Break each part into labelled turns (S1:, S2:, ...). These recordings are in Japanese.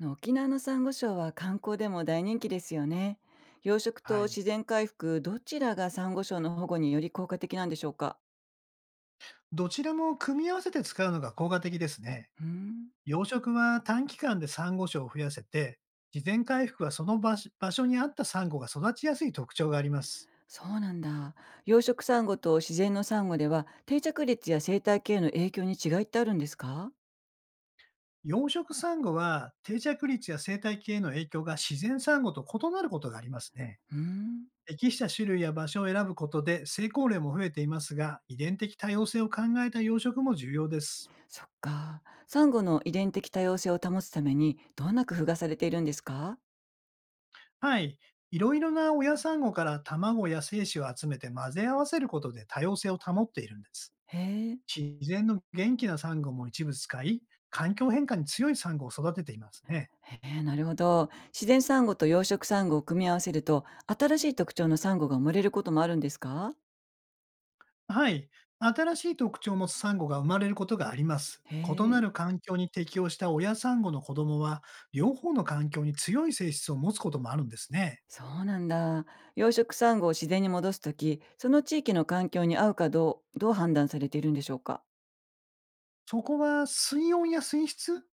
S1: 沖縄のサンゴ礁は観光でも大人気ですよね。養殖
S2: は
S1: と
S2: い。
S1: 自然回復、どちらがサンゴ礁の保護により効果的なんでしょうか？
S2: どちらも組み合わせて使うのが効果的ですね。
S1: うーん、
S2: 養殖は短期間でサンゴ礁を増やせて、自然回復はその場所場所に合ったサンゴが育ちやすい特徴があります。
S1: そうなんだ。養殖サンゴと自然のサンゴでは定着率や生態系への影響に違いってあるんですか？
S2: 養殖サンゴは定着率や生態系への影響が自然サンゴと異なることがありますね。
S1: うーん、
S2: 適した種類や場所を選ぶことで成功例も増えていますが、遺伝的多様性を考えた養殖も重要です。
S1: そっか。サンゴの遺伝的多様性を保つためにどんな工夫がされているんですか？
S2: はい。いろいろな親サンゴから卵や精子を集めて混ぜ合わせることで多様性を保っているんです。
S1: へえ。
S2: 自然の元気なサンゴも一部使い、環境変化に強いサンゴを育てていますね。
S1: へえ、なるほど。自然サンゴと養殖サンゴを組み合わせると新しい特徴のサンゴが生まれることもあるんですか？
S2: はい。新しい特徴を持つサンゴが生まれることがあります。
S1: へ
S2: 異な
S1: え、
S2: る環境に適応した親サンゴの子供は、両方の環境に強い性質を持つこともあるんですね。
S1: そうなんだ。養殖サンゴを自然に戻すとき、その地域の環境に合うかどう判断されているんでしょうか。
S2: そこは水温や水質、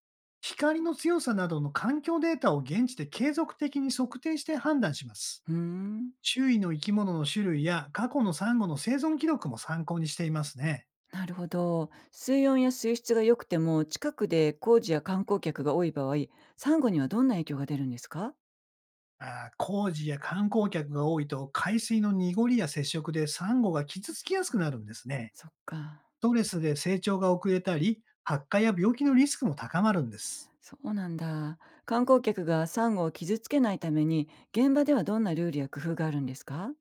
S2: 光の強さなどの環境データを現地で継続的に測定して判断します。
S1: うーん、
S2: 周囲の生き物の種類や過去のサンゴの生存記録も参考にしていますね。
S1: なるほど。水温や水質が良くても、近くで工事や観光客が多い場合、サンゴにはどんな影響が出るんですか？
S2: 工事や観光客が多いと海水の濁りや接触でサンゴが傷つきやすくなるんですね。
S1: そっか。
S2: ストレスで成長が遅れたり、発火や病気のリスクも高まるんです。
S1: そうなんだ。観光客がサンゴを傷つけないために、現場ではどんなルールや工夫があるんですか？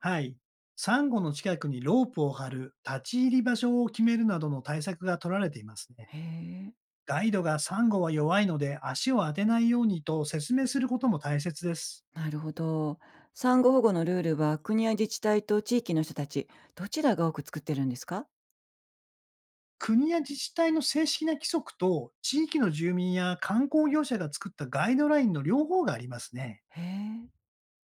S2: はい。サンゴの近くにロープを張る、立ち入り場所を決めるなどの対策が取られていますね。
S1: へえ。
S2: ガイドがサンゴは弱いので足を当てないようにと説明することも大切です。
S1: なるほど。産後保護のルールは国や自治体と地域の人たち、どちらが多く作ってるんですか？
S2: 国や自治体の正式な規則と、地域の住民や観光業者が作ったガイドラインの両方がありますね。
S1: へえ、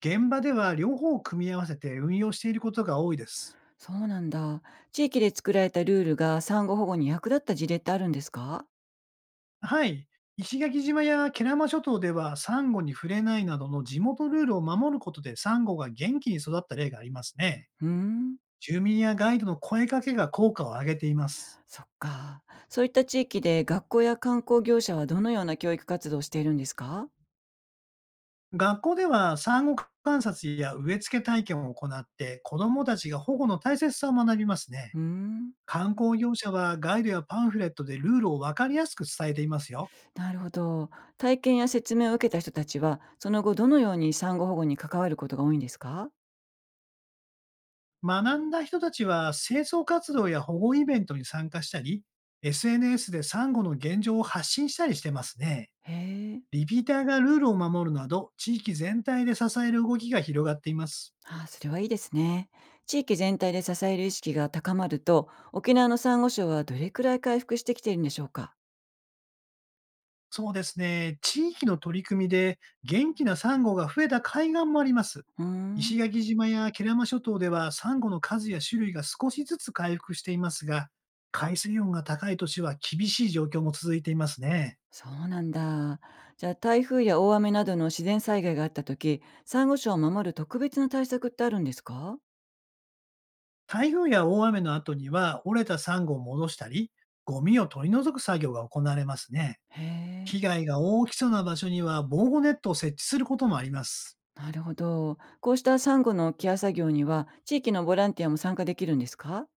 S2: 現場では両方を組み合わせて運用していることが多いです。
S1: そうなんだ。地域で作られたルールが産後保護に役立った事例ってあるんですか？
S2: はい。石垣島や慶良間諸島では、サンゴに触れないなどの地元ルールを守ることでサンゴが元気に育った例がありますね。
S1: うーん、
S2: 住民やガイドの声かけが効果を上げています。
S1: そっか。そういった地域で学校や観光業者はどのような教育活動をしているんですか？
S2: 学校では産後観察や植え付け体験を行って、子どもたちが保護の大切さを学びますね。
S1: うーん、
S2: 観光業者はガイドやパンフレットでルールを分かりやすく伝えていますよ。
S1: なるほど。体験や説明を受けた人たちは、その後どのように産後保護に関わることが多いんですか？
S2: 学んだ人たちは清掃活動や保護イベントに参加したり、SNS でサンゴの現状を発信したりしてますね。
S1: へえ。
S2: リピーターがルールを守るなど、地域全体で支える動きが広がっています。
S1: ああ、それはいいですね。地域全体で支える意識が高まると、沖縄のサンゴ礁はどれくらい回復してきているんでしょうか？
S2: そうですね。地域の取り組みで元気なサンゴが増えた海岸もあります。
S1: うーん、
S2: 石垣島や慶良間諸島ではサンゴの数や種類が少しずつ回復していますが、海水温が高い年は厳しい状況も続いていますね。
S1: そうなんだ。じゃあ台風や大雨などの自然災害があった時、サンゴ礁を守る特別な対策ってあるんですか？
S2: 台風や大雨の後には折れたサンゴを戻したり、ゴミを取り除く作業が行われますね。
S1: へえ、
S2: 被害が大きそうな場所には防護ネットを設置することもあります。
S1: なるほど。こうしたサンゴのケア作業には、地域のボランティアも参加できるんですか？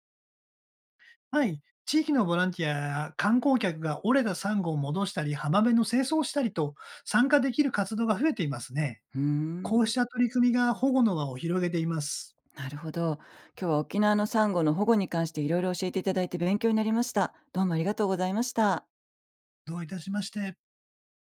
S2: はい。地域のボランティアや観光客が折れたサンゴを戻したり、浜辺の清掃をしたりと、参加できる活動が増えていますね。
S1: うーん、
S2: こうした取り組みが保護の輪を広げています。
S1: なるほど。今日は沖縄のサンゴの保護に関していろいろ教えていただいて勉強になりました。どうもありがとうございました。
S2: どういたしまして。